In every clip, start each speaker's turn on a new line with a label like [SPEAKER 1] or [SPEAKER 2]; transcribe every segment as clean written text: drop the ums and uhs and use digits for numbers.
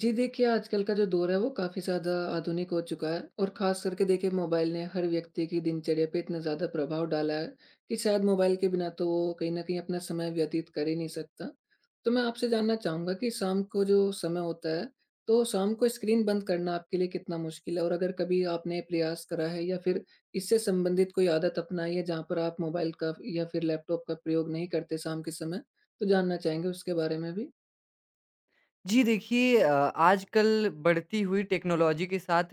[SPEAKER 1] जी देखिए, आजकल का जो दौर है वो काफ़ी ज़्यादा आधुनिक हो चुका है और ख़ास करके देखिए मोबाइल ने हर व्यक्ति की दिनचर्या पे इतना ज़्यादा प्रभाव डाला है कि शायद मोबाइल के बिना तो वो कहीं न कहीं अपना समय व्यतीत कर ही नहीं सकता। तो मैं आपसे जानना चाहूँगा कि शाम को जो समय होता है, तो शाम को स्क्रीन बंद करना आपके लिए कितना मुश्किल है? और अगर कभी आपने प्रयास करा है या फिर इससे संबंधित कोई आदत अपनाई है जहाँ पर आप मोबाइल का या फिर लैपटॉप का प्रयोग नहीं करते शाम के समय? तो जानना चाहेंगे उसके बारे में भी।
[SPEAKER 2] जी देखिए आजकल बढ़ती हुई टेक्नोलॉजी के साथ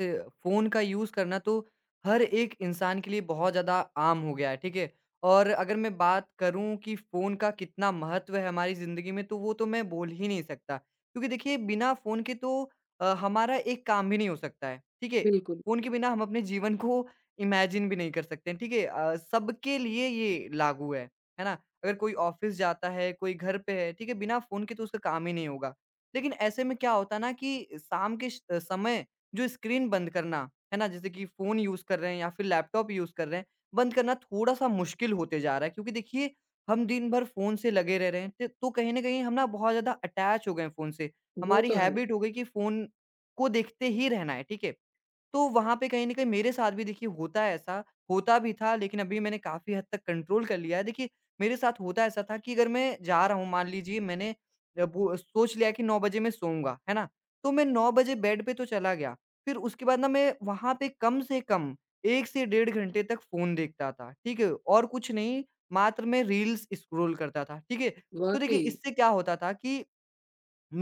[SPEAKER 2] फ़ोन का यूज़ करना तो हर एक इंसान के लिए बहुत ज़्यादा आम हो गया है, ठीक है? और अगर मैं बात करूँ कि फ़ोन का कितना महत्व है हमारी ज़िंदगी में, तो वो तो मैं बोल ही नहीं सकता। क्योंकि देखिए बिना फ़ोन के तो हमारा एक काम भी नहीं हो सकता है, ठीक है?
[SPEAKER 1] बिल्कुल।
[SPEAKER 2] फ़ोन के बिना हम अपने जीवन को इमेजिन भी नहीं कर सकते हैं, ठीक है? सबके लिए ये लागू है ना? अगर कोई ऑफ़िस जाता है, कोई घर पे है, ठीक है? बिना फ़ोन के तो उसका काम ही नहीं होगा। लेकिन ऐसे में क्या होता है ना कि शाम के श समय जो स्क्रीन बंद करना, है ना? जैसे कि फ़ोन यूज़ कर रहे हैं या फिर लैपटॉप यूज़ कर रहे हैं, बंद करना थोड़ा-सा मुश्किल होते जा रहा है क्योंकि देखिए हम दिन भर फ़ोन से लगे रह रहे हैं, त तो कहीं न कहीं हम ना बहुत ज़्यादा अटैच हो गए हैं फ़ोन से।
[SPEAKER 1] वो
[SPEAKER 2] हमारी
[SPEAKER 1] तो है।
[SPEAKER 2] हैबिट हो गई कि फ़ोन को देखते ही रहना है, ठीक है? तो वहाँ पे कहीं न कहीं मेरे साथ भी देखिए होता है ऐसा, होता भी था लेकिन अभी मैंने काफ़ी हद तक कंट्रोल कर लिया है। देखिए मेरे साथ होता ऐसा था कि अगर मैं जा रहा हूँ मान लीजिए मैंने जब वो सोच लिया कि 9 बजे मैं सोऊँगा, है ना? तो मैं 9 बजे बेड पे तो चला गया, फिर उसके बाद ना मैं वहाँ पे कम से कम 1 से डेढ़ घंटे तक फ़ोन देखता था, ठीक है? और कुछ नहीं, मात्र मैं रील्स स्क्रॉल करता था, ठीक है? तो देखिए
[SPEAKER 1] वाक़ई।
[SPEAKER 2] इससे क्या होता था कि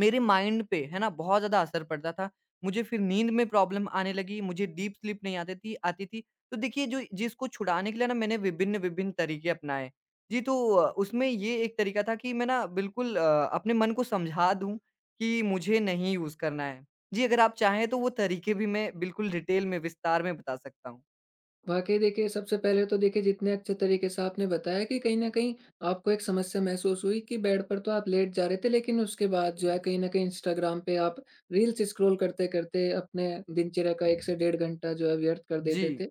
[SPEAKER 2] मेरे माइंड पे, है ना, बहुत ज़्यादा असर पड़ता था। मुझे फिर नींद में प्रॉब्लम आने लगी, मुझे डीप स्लीप नहीं आती थी। तो देखिए जो जिसको छुड़ाने के लिए ना मैंने विभिन्न-विभिन्न तरीके अपनाए। जी, तो उसमें ये एक तरीका था कि मैं ना बिल्कुल अपने मन को समझा दूँ कि मुझे नहीं यूज़ करना है। जी, अगर आप चाहें तो वो तरीके भी मैं बिल्कुल डिटेल में, विस्तार में बता सकता हूँ।
[SPEAKER 1] वाक़ई देखिए, सबसे पहले तो देखिए जितने अच्छे तरीके से आपने बताया कि कहीं न कहीं आपको एक समस्या महसूस हुई कि बेड पर तो आप लेट जा रहे थे, लेकिन उसके बाद जो है कहीं न कहीं इंस्टाग्राम पे आप रील्स स्क्रॉल करते-करते अपने दिनचर्या का 1 से डेढ़ घंटा जो है व्यर्थ कर
[SPEAKER 2] जी,
[SPEAKER 1] देते थे।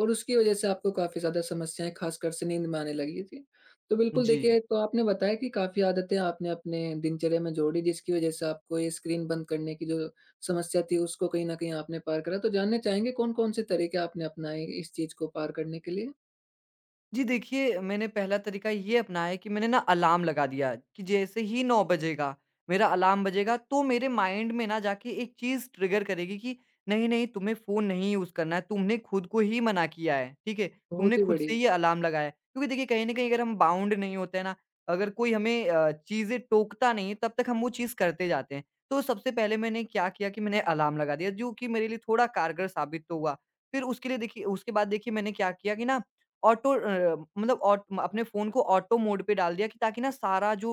[SPEAKER 1] और उसकी वजह से आपको काफ़ी ज़्यादा समस्याएँ ख़ासकर से नींद में आने लगी थी। तो बिल्कुल
[SPEAKER 2] जी।
[SPEAKER 1] देखिए तो आपने बताया कि काफ़ी आदतें आपने अपने दिनचर्या में जोड़ी जिसकी वजह से आपको ये स्क्रीन बंद करने की जो समस्या थी उसको कहीं न कहीं आपने पार करा। तो जानना चाहेंगे कौन-कौन से तरीके आपने अपनाए इस चीज़ को पार करने के लिए?
[SPEAKER 2] जी देखिए, मैंने पहला तरीका ये अपनाया कि मैंने ना अलार्म लगा दिया कि जैसे ही 9 बजेगा, मेरा अलार्म बजेगा तो मेरे माइंड में ना जाके एक चीज़ ट्रिगर करेगी कि नहीं, नहीं तुम्हें फ़ोन नहीं यूज़ करना है, तुमने खुद को ही मना किया है, ठीक है?
[SPEAKER 1] बहुत
[SPEAKER 2] तुमने
[SPEAKER 1] ही
[SPEAKER 2] खुद से
[SPEAKER 1] बढ़िया।
[SPEAKER 2] ही ये अलार्म लगाया है। क्योंकि देखिए कहीं न कहीं अगर हम बाउंड नहीं होते हैं ना, अगर कोई हमें चीज़ें टोकता नहीं है तब तक हम वो चीज़ करते जाते हैं। तो सबसे पहले मैंने क्या किया कि मैंने अलार्म लगा दिया जो कि मेरे लिए थोड़ा कारगर साबित तो हुआ। फिर उसके लिए देखिए उसके बाद देखिए मैंने क्या किया कि ना ऑटो अ, मतलब ऑट अपने फ़ोन को ऑटो मोड पे डाल दिया कि ताकि ना सारा जो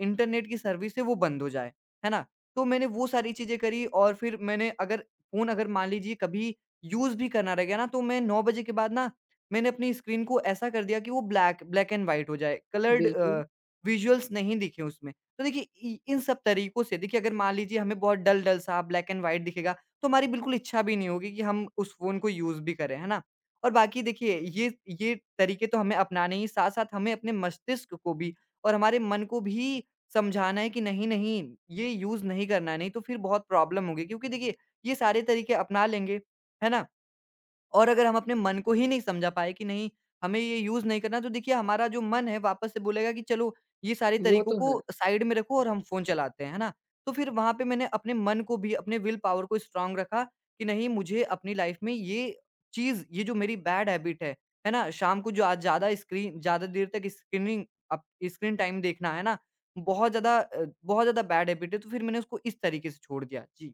[SPEAKER 2] इंटरनेट की सर्विस है वो बंद हो जाए, है ना? तो मैंने वो सारी चीज़ें करी और फिर मैंने अगर मान लीजिए कभी यूज़ भी करना रह गया ना तो मैं 9 बजे के बाद ना मैंने अपनी स्क्रीन को ऐसा कर दिया कि वो ब्लैक ब्लैक एंड व्हाइट हो जाए,
[SPEAKER 1] बिल्कुल।
[SPEAKER 2] विज़ुअल्स नहीं दिखें उसमें। तो देखिए इ इन सब तरीकों से देखिए अगर मान लीजिए हमें बहुत डल-डल सा ब्लैक एंड व्हाइट दिखेगा, तो हमारी बिल्कुल इच्छा भी नहीं होगी कि हम उस फ़ोन को यूज़ भी करें, है ना? और बाकी देखिए ये तरीके तो हमें अपनाने ही साथ-साथ हमें अपने मस्तिष्क को भी और हमारे मन को भी समझाना है कि नहीं, नहीं ये यूज़ नहीं करना है, नहीं तो फिर बहुत प्रॉब्लम होगी क्योंकि देखिए ये सारे तरीके अपना लेंगे, है ना? और अगर हम अपने मन को ही नहीं समझा पाए कि नहीं, हमें ये यूज़ नहीं करना तो देखिए हमारा जो मन है वापस से बोलेगा कि चलो ये सारे
[SPEAKER 1] वो
[SPEAKER 2] तरीकों
[SPEAKER 1] तो है।
[SPEAKER 2] को साइड में रखो और हम फ़ोन चलाते हैं, है ना? तो फिर वहाँ पे मैंने अपने मन को भी, अपने विल पावर को स्ट्रॉन्ग रखा कि नहीं मुझे अपनी लाइफ़ में ये चीज़, ये जो मेरी बैड हैबिट है ना? शाम को जो आज ज़्यादा स्क्रीन ज़्यादा देर तक स्क्रीनिंग अप स्क्रीन टाइम देखना, है ना? बहुत ज़्यादा बैड हैबिट है तो फिर मैंने उसको इस तरीके से छोड़ दिया। जी।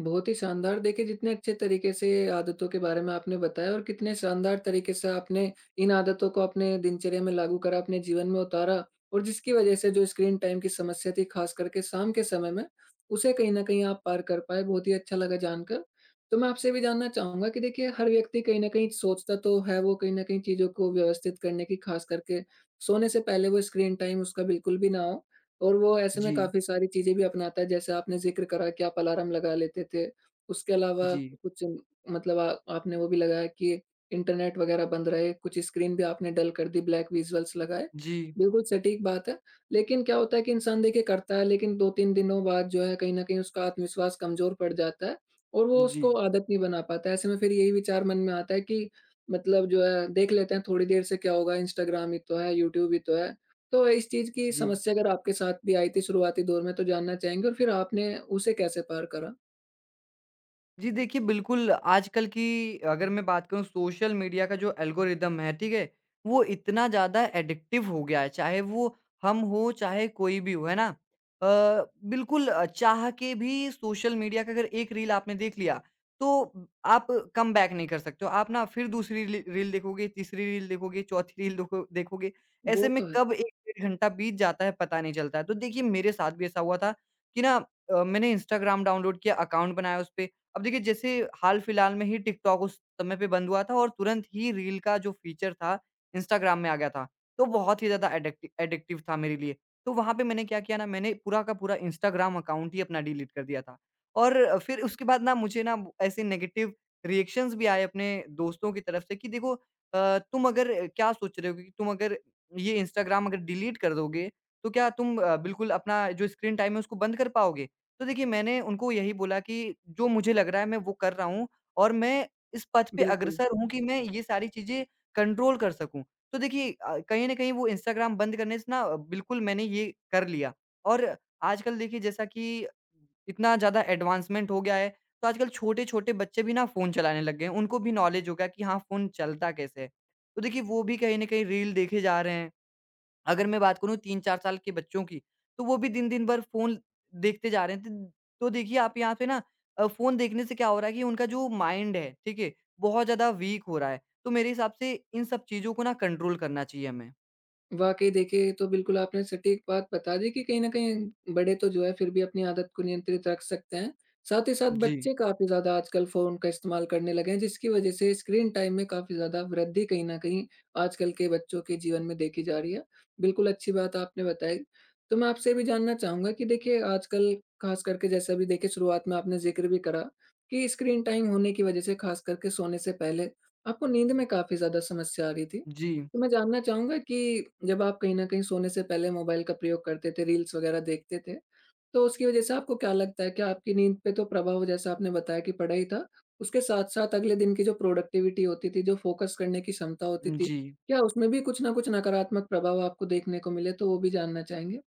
[SPEAKER 1] बहुत ही शानदार। देखिए, जितने अच्छे तरीके से आदतों के बारे में आपने बताया और कितने शानदार तरीके से आपने इन आदतों को अपने दिनचर्या में लागू करा, अपने जीवन में उतारा और जिसकी वजह से जो स्क्रीन टाइम की समस्या थी, ख़ास करके शाम के समय में, उसे कहीं न कहीं आप पार कर पाए। बहुत ही अच्छा लगा जानकर। तो मैं आपसे भी जानना चाहूँगा कि देखिए, हर व्यक्ति कहीं न कहीं सोचता तो है वो कहीं न कहीं चीज़ों को व्यवस्थित करने की, ख़ास करके सोने से पहले वो स्क्रीन टाइम उसका बिल्कुल भी ना हो। और वो ऐसे में
[SPEAKER 2] जी,
[SPEAKER 1] काफ़ी सारी चीज़ें भी अपनाता है, जैसे आपने ज़िक्र करा कि आप अलार्म लगा लेते थे। उसके अलावा
[SPEAKER 2] जी,
[SPEAKER 1] कुछ मतलब आ आपने वो भी लगाया कि इंटरनेट वग़ैरह बंद रहे, कुछ स्क्रीन भी आपने डल कर दी, ब्लैक विज़ुअल्स लगाए।
[SPEAKER 2] जी,
[SPEAKER 1] बिल्कुल सटीक बात है, लेकिन क्या होता है कि इंसान देखिए करता है, लेकिन 2-3 दिनों बाद जो है कहीं न कहीं उसका आत्मविश्वास कमज़ोर पड़ जाता है और वो उसको
[SPEAKER 2] जी,
[SPEAKER 1] आदत नहीं बना पाता है। ऐसे में फिर यही विचार मन में आता है कि मतलब जो है देख लेते हैं थोड़ी देर से क्या होगा, इंस्टाग्राम ही तो है, यूट्यूब ही तो है। तो इस चीज़ की
[SPEAKER 2] जी।
[SPEAKER 1] समस्या अगर आपके साथ भी आई थी शुरुआती दौर में तो जानना चाहेंगे और फिर आपने उसे कैसे पार करा?
[SPEAKER 2] जी देखिए, बिल्कुल आजकल की अगर मैं बात करूँ सोशल मीडिया का जो एल्गोरिदम है, ठीक है? वो इतना ज़्यादा एडिक्टिव हो गया है, चाहे वो हम हो, चाहे कोई भी हो, है ना? चाह के भी सोशल मीडिया का अगर एक रील आपने देख लिया, तो आप कम बैक नहीं कर सकते हो। आप ना फिर दूसरी री रील देखोगे, तीसरी रील देखोगे, चौथी रील देखो देखोगे। ऐसे
[SPEAKER 1] वो
[SPEAKER 2] में
[SPEAKER 1] तो है।
[SPEAKER 2] कब 1 डेढ़ घंटा बीत जाता है, पता नहीं चलता है। तो देखिए, मेरे साथ भी ऐसा हुआ था कि ना मैंने इंस्टाग्राम डाउनलोड किया, अकाउंट बनाया उस पे। अब देखिए जैसे हाल-फिलहाल में ही टिकटॉक उस समय पे बंद हुआ था और तुरंत ही रील का जो फ़ीचर था इंस्टाग्राम में आ गया था। तो बहुत ही ज़्यादा एडिक्टिव था मेरे लिए। तो वहाँ पे मैंने क्या किया ना मैंने पूरा का पूरा इंस्टाग्राम अकाउंट ही अपना डिलीट कर दिया था। और फिर उसके बाद ना मुझे ना ऐसे नेगेटिव रिएक्शंस भी आए अपने दोस्तों की तरफ से कि देखो तुम अगर क्या सोच रहे हो कि तुम अगर ये इंस्टाग्राम अगर डिलीट कर दोगे तो क्या तुम बिल्कुल अपना जो स्क्रीन टाइम है उसको बंद कर पाओगे? तो देखिए, मैंने उनको यही बोला कि जो मुझे लग रहा है मैं वो कर रहा हूँ और मैं इस पथ पे
[SPEAKER 1] बिल्कुल।
[SPEAKER 2] अग्रसर हूँ कि मैं ये सारी चीज़ें कंट्रोल कर सकूँ। तो देखिए कहीं न कहीं वो इंस्टाग्राम बंद करने से ना बिल्कुल मैंने ये कर लिया और आजकल देखिए जैसा कि इतना ज़्यादा एडवांसमेंट हो गया है, तो आजकल छोटे-छोटे बच्चे भी ना फ़ोन चलाने लग गए हैं। उनको भी नॉलेज हो गया कि हाँ, फ़ोन चलता कैसे है। तो देखिए वो भी कहीं न कहीं रील देखे जा रहे हैं। अगर मैं बात करूँ 3-4 साल के बच्चों की, तो वो भी दिन-दिन भर फ़ोन देखते जा रहे हैं। त तो देखिए आप यहाँ पे ना फ़ोन देखने से क्या हो रहा है कि उनका जो माइंड है, ठीक है? बहुत ज़्यादा वीक हो रहा है। तो मेरे हिसाब से इन सब चीज़ों को ना कंट्रोल करना चाहिए हमें।
[SPEAKER 1] वाक़ई देखिए, ये तो बिल्कुल आपने सटीक बात बता दी कि कहीं न कहीं बड़े तो जो है फिर भी अपनी आदत को नियंत्रित रख सकते हैं। साथ ही साथ
[SPEAKER 2] जी।
[SPEAKER 1] बच्चे काफ़ी ज़्यादा आजकल फ़ोन का इस्तेमाल करने लगे हैं जिसकी वज़ह से स्क्रीन टाइम में काफ़ी ज़्यादा वृद्धि कहीं न कहीं आजकल के बच्चों के जीवन में देखी जा रही है। बिल्कुल अच्छी बात आपने बताई। तो मैं आपसे ये भी जानना चाहूँगा कि देखिए आजकल ख़ास करके जैसे अभी देखिए शुरुआत में आपने ज़िक्र भी करा कि स्क्रीन टाइम होने की वज़ह से ख़ास करके सोने से पहले आपको नींद में काफ़ी ज़्यादा समस्या आ रही थी।
[SPEAKER 2] जी।
[SPEAKER 1] तो मैं जानना चाहूँगा कि जब आप कहीं न कहीं सोने से पहले मोबाइल का प्रयोग करते थे, रील्स वग़ैरह देखते थे, तो उसकी वज़ह से आपको क्या लगता है कि आपकी नींद पे तो प्रभाव जैसा आपने बताया कि पड़ा ही था, उसके साथ-साथ अगले दिन की जो प्रोडक्टिविटी होती थी, जो फ़ोकस करने की क्षमता होती थी,
[SPEAKER 2] जी।
[SPEAKER 1] क्या उसमें भी कुछ न कुछ नकारात्मक प्रभाव आपको देखने को मिले? तो वो भी जानना चाहेंगे।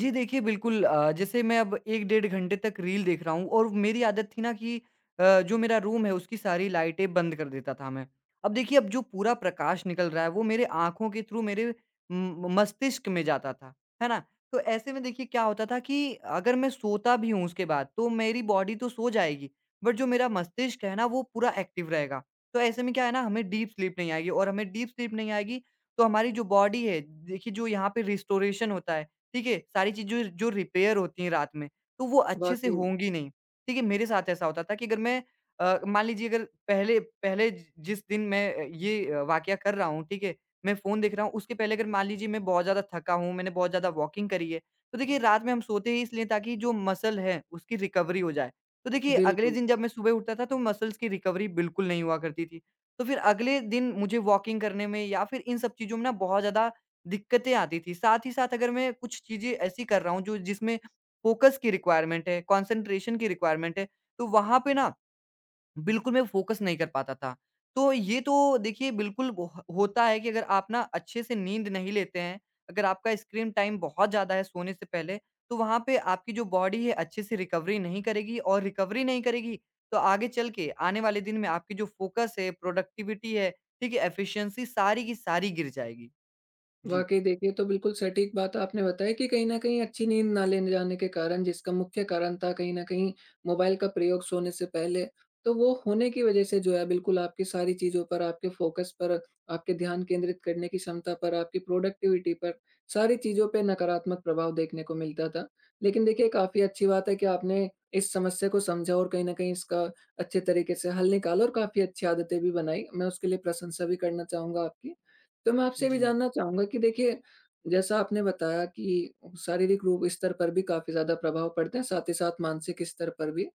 [SPEAKER 2] जी देखिए, जैसे मैं अब 1 डेढ़ घंटे तक रील देख रहा हूँ और मेरी आदत थी ना कि जो मेरा रूम है उसकी सारी लाइटें बंद कर देता था मैं। अब देखिए अब जो पूरा प्रकाश निकल रहा है वो मेरे आँखों के थ्रू मेरे म मस्तिष्क में जाता था, है ना? तो ऐसे में देखिए क्या होता था कि अगर मैं सोता भी हूँ उसके बाद तो मेरी बॉडी तो सो जाएगी, बट जो मेरा मस्तिष्क है ना वो पूरा एक्टिव रहेगा। तो ऐसे में क्या है ना हमें डीप स्लीप नहीं आएगी और हमें डीप स्लीप नहीं आएगी तो हमारी जो बॉडी है देखिए जो यहाँ पे रिस्टोरेशन होता है ठीक है? सारी चीज़ें जो जो रिपेयर होती हैं रात में, तो वो अच्छे से
[SPEAKER 1] वाक़ई।
[SPEAKER 2] होंगी नहीं, ठीक है? मेरे साथ ऐसा होता था कि अगर मैं मान लीजिए अगर पहले पहले जि जिस दिन मैं वाकया कर रहा हूँ, ठीक है? मैं फ़ोन देख रहा हूँ, उसके पहले अगर मान लीजिए मैं बहुत ज़्यादा थका हूँ, मैंने बहुत ज़्यादा वॉकिंग करी है, तो देखिए रात में हम सोते ही इसलिए ताकि जो मसल है, उसकी रिकवरी हो जाए। तो देखिए अगले
[SPEAKER 1] बिल्कुल।
[SPEAKER 2] दिन जब मैं सुबह उठता था तो मसल्स की रिकवरी बिल्कुल नहीं हुआ करती थी। तो फिर अगले दिन मुझे वॉकिंग करने में या फिर इन सब चीज़ों में ना बहुत ज़्यादा दिक्कतें आती थी। साथ ही साथ अगर मैं कुछ चीज़ें ऐसी कर रहा हूँ जो जिसमें फ़ोकस की रिक्वायरमेंट है, कॉन्सन्ट्रेशन की रिक्वायरमेंट है, तो वहाँ पे ना बिल्कुल मैं फ़ोकस नहीं कर पाता था। तो ये तो देखिए बिल्कुल वह होता है कि अगर आप ना अच्छे से नींद नहीं लेते हैं, अगर आपका स्क्रीन टाइम बहुत ज़्यादा है सोने से पहले, तो वहाँ पे आपकी जो बॉडी है अच्छे से रिकवरी नहीं करेगी और रिकवरी नहीं करेगी, तो आगे चल के आने वाले दिन में आपकी जो फ़ोकस है, प्रोडक्टिविटी है, ठीक है, एफ़िशिएंसी सारी की सारी गिर जाएगी। जी।
[SPEAKER 1] वाक़ई देखिए, तो बिल्कुल सटीक बात आपने बताई कि कहीं न कहीं अच्छी नींद ना लेने जाने के कारण जिसका मुख्य कारण था कहीं न कहीं मोबाइल का प्रयोग सोने से पहले, तो वो होने की वज़ह से जो है बिल्कुल आपकी सारी चीज़ों पर, आपके फ़ोकस पर, आपके ध्यान केंद्रित करने की क्षमता पर, आपकी प्रोडक्टिविटी पर, सारी चीज़ों पे नकारात्मक प्रभाव देखने को मिलता था। लेकिन देखिए, काफ़ी अच्छी बात है कि आपने इस समस्या को समझा और कहीं न कहीं इसका अच्छे तरीके से हल निकाला और काफ़ी अच्छी आदतें भी बनाई। मैं उसके लिए प्रशंसा भी करना चाहूँगा आपकी। तो मैं आपसे ये भी
[SPEAKER 2] जी।
[SPEAKER 1] जानना चाहूँगा कि देखिए, जैसा आपने बताया कि शारीरिक रूप स्तर पर भी काफ़ी ज़्यादा प्रभाव पड़ता है, साथ ही साथ मानसिक स्तर पर भी।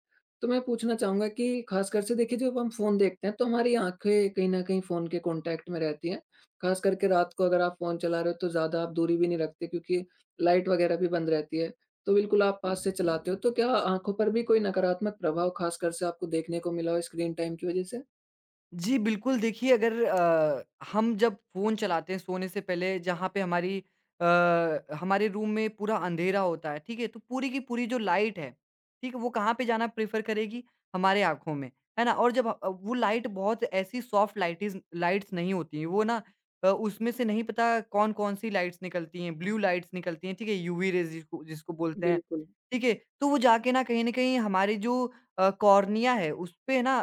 [SPEAKER 1] तो मैं पूछना चाहूँगा कि ख़ासकर से देखिए जब हम फ़ोन देखते हैं तो हमारी आँखें कहीं न कहीं फ़ोन के कॉन्टैक्ट में रहती हैं। ख़ास करके रात को अगर आप फ़ोन चला रहे हो तो ज़्यादा आप दूरी भी नहीं रखते क्योंकि लाइट वग़ैरह भी बंद रहती है। तो बिल्कुल आप पास से चलाते हो, तो क्या आँखों पर भी कोई नकारात्मक प्रभाव ख़ासकर से आपको देखने को मिला हो स्क्रीन टाइम की वज़ह से?
[SPEAKER 2] जी, बिल्कुल देखिए अगर अ, हम जब फ़ोन चलाते हैं सोने से पहले जहाँ पे हमारी अ, हमारे रूम में पूरा अंधेरा होता है, ठीक है? तो पूरी की पूरी जो लाइट है, ठीक है? वो कहाँ पे जाना प्रेफ़र करेगी? हमारे आँखों में, है ना? और जब वो लाइट बहुत ऐसी सॉफ्ट लाइटिज़ लाइट्स नहीं होती हैं, वो ना उसमें से नहीं पता कौन-कौन सी लाइट्स निकलती हैं, ब्लू लाइट्स निकलती हैं, ठीक है? यूवी रेज़ जिसको जिसको बोलते हैं,
[SPEAKER 1] बिल्कुल।
[SPEAKER 2] ठीक है? तो वो जाके ना कहीं न कहीं हमारी जो कॉर्निया है, उसपे ना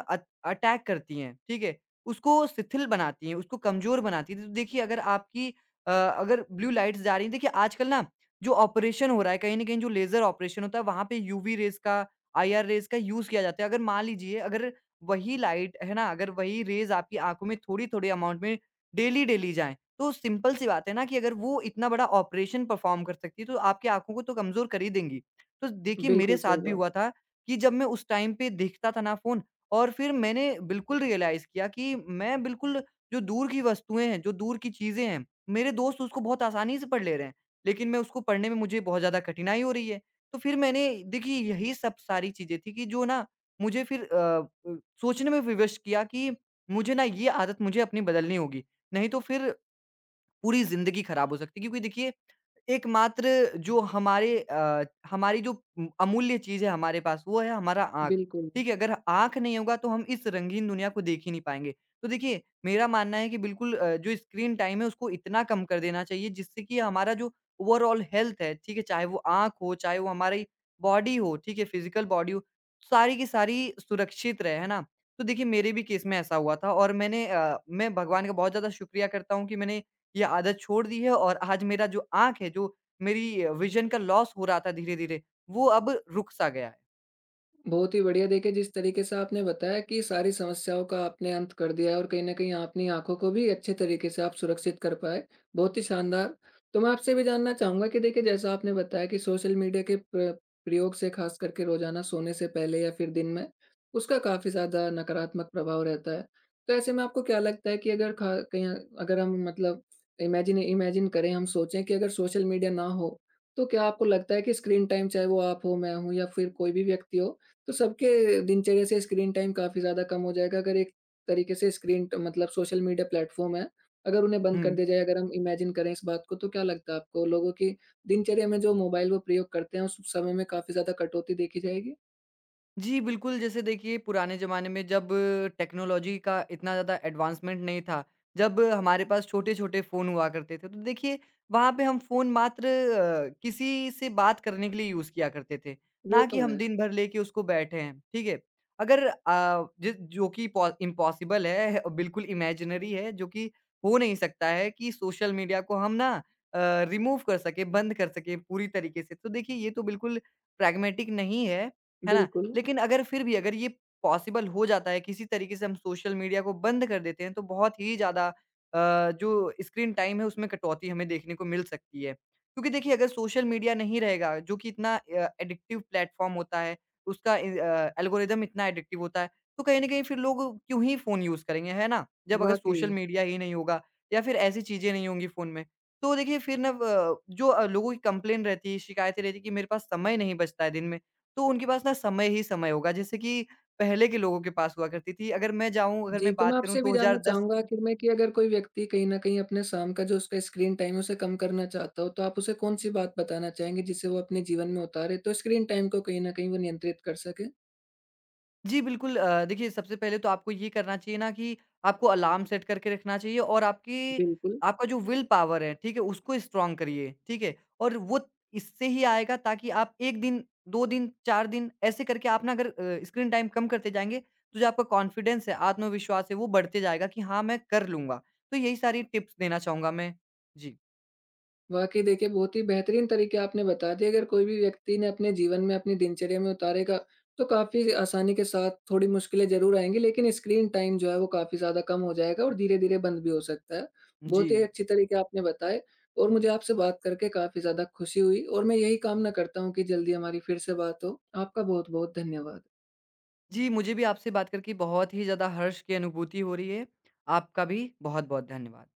[SPEAKER 2] अटैक करती हैं, ठीक है? उसको शिथिल बनाती हैं, उसको कमज़ोर बनाती हैं। तो देखिए अगर आपकी अगर ब्लू लाइट्स जा रही हैं, देखिए आजकल ना जो ऑपरेशन हो रहा है, कहीं न कहीं जो लेज़र ऑपरेशन होता है वहाँ पे यूवी रेज़ का, आईआर रेज़ का यूज़ किया जाता है। अगर मान लीजिए, अगर वही लाइट है ना, अगर वही रेज़ आपकी आँखों में थोड़ी-थोड़ी अमाउंट में डेली-डेली जाएँ, तो सिंपल सी बात है ना कि अगर वो इतना बड़ा ऑपरेशन परफ़ॉर्म कर सकती है, तो आपकी आँखों को तो कमज़ोर कर ही देंगी। तो देखिए मेरे
[SPEAKER 1] बिल्कुल
[SPEAKER 2] साथ
[SPEAKER 1] सही
[SPEAKER 2] भी
[SPEAKER 1] बात
[SPEAKER 2] हुआ
[SPEAKER 1] है।
[SPEAKER 2] था कि जब मैं उस टाइम पे देखता था ना फ़ोन, और फिर मैंने बिल्कुल रियलाइज़ किया कि मैं बिल्कुल जो दूर की वस्तुएँ हैं, जो दूर की चीज़ें हैं, मेरे दोस्त उसको बहुत आसानी से पढ़ ले रहे हैं, लेकिन मैं उसको पढ़ने में मुझे बहुत ज़्यादा कठिनाई हो रही है। तो फिर मैंने देखिए यही सब सारी चीज़ें थी कि जो ना मुझे फिर सोचने में विवश किया कि मुझे ना ये आदत मुझे अपनी बदलनी होगी, नहीं तो फिर पूरी ज़िंदगी खराब हो सकती है क्योंकि देखिए एकमात्र जो हमारे हमारी जो अमूल्य चीज़ है हमारे पास, वो है हमारा आँख,
[SPEAKER 1] बिल्कुल।
[SPEAKER 2] ठीक है? अगर आँख नहीं होगा तो हम इस रंगीन दुनिया को देख ही नहीं पाएँगे। तो देखिए मेरा मानना है कि बिल्कुल जो स्क्रीन टाइम है उसको इतना कम कर देना चाहिए जिससे कि हमारा जो ओवरऑल हेल्थ है, ठीक है? चाहे वो आँख हो, चाहे वो हमारी बॉडी हो, ठीक है? फिज़िकल बॉडी हो, सारी की सारी सुरक्षित रहे, है ना? तो देखिए मेरे भी केस में ऐसा हुआ था, और मैंने मैं भगवान का बहुत ज़्यादा शुक्रिया करता हूँ कि मैंने ये आदत छोड़ दी है और आज मेरा जो आँख है, जो मेरी विज़न का लॉस हो रहा था धीरे-धीरे, वो अब रुक सा गया है।
[SPEAKER 1] बहुत ही बढ़िया देखिए जिस तरीके से आपने बताया कि सारी समस्याओं का आपने अंत कर दिया है और कहीं न कहीं अपनी आँखों को भी अच्छे तरीके से आप सुरक्षित कर पाए, बहुत ही शानदार। तो मैं आपसे भी जानना चाहूँगा कि देखिए जैसा आपने बताया कि सोशल मीडिया के प्रयोग से ख़ास करके रोज़ाना सोने से पहले या फिर दिन में, उसका काफ़ी ज़्यादा नकारात्मक प्रभाव रहता है। तो ऐसे में आपको क्या लगता है कि अगर ख कहीं अगर हम मतलब इमेजिन इमेजिन करें हम सोचें कि अगर सोशल मीडिया ना हो, तो क्या आपको लगता है कि स्क्रीन टाइम चाहे वो आप हो, मैं हूँ या फिर कोई भी व्यक्ति हो, तो सबके दिनचर्या से स्क्रीन टाइम काफ़ी ज़्यादा कम हो जाएगा अगर एक तरीके से स्क्रीन ट मतलब सोशल मीडिया प्लेटफ़ॉर्म है, अगर उन्हें बंद कर
[SPEAKER 2] हुँ।
[SPEAKER 1] दिया जाए, अगर हम इमेजिन करें इस बात को तो क्या लगता है आपको लोगों की दिनचर्या में जो मोबाइल वो प्रयोग करते हैं, उस समय में काफ़ी ज़्यादा कटौती देखी जाएगी?
[SPEAKER 2] जी, बिल्कुल, जैसे देखिए पुराने ज़माने में जब टेक्नोलॉजी का इतना ज़्यादा एडवांसमेंट नहीं था, जब हमारे पास छोटे-छोटे फ़ोन हुआ करते थे, तो देखिए वहाँ पे हम फ़ोन मात्र किसी से बात करने के लिए यूज़ किया करते थे,
[SPEAKER 1] वो
[SPEAKER 2] ना कि
[SPEAKER 1] तो
[SPEAKER 2] हम
[SPEAKER 1] है।
[SPEAKER 2] दिन भर लेके उसको बैठे हैं, ठीक है? अगर ज जो कि पॉ इम्पॉसिबल है, बिल्कुल इमेजिनरी है, जो कि हो नहीं सकता है कि सोशल मीडिया को हम ना रिमूव कर सकें, बंद कर सकें पूरी तरीके से। तो देखिए ये तो बिल्कुल प्रैग्मैटिक नहीं है, है ना?
[SPEAKER 1] बिल्कुल।
[SPEAKER 2] लेकिन अगर फिर भी अगर ये पॉसिबल हो जाता है, किसी तरीके से हम सोशल मीडिया को बंद कर देते हैं, तो बहुत ही ज़्यादा अ, जो स्क्रीन टाइम है, उसमें कटौती हमें देखने को मिल सकती है। क्योंकि देखिए, अगर सोशल मीडिया नहीं रहेगा, जो कि इतना एडिक्टिव प्लेटफ़ॉर्म होता है, उसका एल्गोरिदम इतना एडिक्टिव होता है, तो कहीं न कहीं फिर लोग क्यों ही फ़ोन यूज़ करेंगे, है ना? जब अगर सोशल
[SPEAKER 1] वाक़ई।
[SPEAKER 2] मीडिया ही नहीं होगा या फिर ऐसी चीज़ें नहीं होंगी फ़ोन में। तो देखिए, फिर ना व जो लोगों की कंप्लेन रहती है, शिकायतें रहती हैं कि मेरे पास समय नहीं बचता है दिन में। तो उनके पास ना समय ही समय होगा, जैसे कि पहले के लोगों के पास हुआ करती थी। अगर मैं जाऊँ, अगर
[SPEAKER 1] जी,
[SPEAKER 2] मैं
[SPEAKER 1] तो मैं
[SPEAKER 2] बात करूँ
[SPEAKER 1] आपसे भी जानना
[SPEAKER 2] 2010
[SPEAKER 1] चाहूँगा
[SPEAKER 2] की।
[SPEAKER 1] आखिर में कि अगर कोई व्यक्ति कहीं न कहीं अपने शाम का जो उसका स्क्रीन टाइम है उसे कम करना चाहता हो, तो आप उसे कौन-सी बात बताना चाहेंगे जिसे वो अपने जीवन में उतारे तो स्क्रीन टाइम को कहीं न कहीं वो नियंत्रित कर सके?
[SPEAKER 2] जी, बिल्कुल देखिए सबसे पहले तो आपको ये करना चाहिए ना कि आपको अलार्म सेट करके रखना चाहिए, और आपकी
[SPEAKER 1] बिल्कुल।
[SPEAKER 2] आपका जो विल पावर है, ठीक है? उसको स्ट्रॉन्ग करिए, ठीक है? और वो इससे ही आएगा, ताकि आप 1 दिन, 2 दिन, 4 दिन ऐसे करके आप ना, अगर स्क्रीन टाइम कम करते जाएँगे, तो जो आपका कॉन्फिडेंस है, आत्मविश्वास है, वो बढ़ते जाएगा कि हाँ, मैं कर लूँगा। तो यही सारी टिप्स देना चाहूँगा मैं। जी।
[SPEAKER 1] वाक़ई देखिए, बहुत ही बेहतरीन तरीके आपने बता दिए। अगर कोई भी व्यक्ति ने अपने जीवन में, अपनी दिनचर्या में उतारेगा, तो काफ़ी आसानी के साथ थोड़ी मुश्किलें ज़रूर आएँगी, लेकिन स्क्रीन टाइम जो है, वो काफ़ी ज़्यादा कम हो जाएगा और धीरे-धीरे बंद भी हो सकता है।
[SPEAKER 2] जी।
[SPEAKER 1] बहुत ही अच्छी तरीके आपने बताए और मुझे आपसे बात करके काफ़ी ज़्यादा खुशी हुई और मैं यही कामना करता हूँ कि जल्दी हमारी फिर से बात हो। आपका बहुत-बहुत धन्यवाद।
[SPEAKER 2] जी, मुझे भी आपसे बात करके बहुत ही ज़्यादा हर्ष की अनुभूति हो रही है। आपका भी बहुत-बहुत धन्यवाद।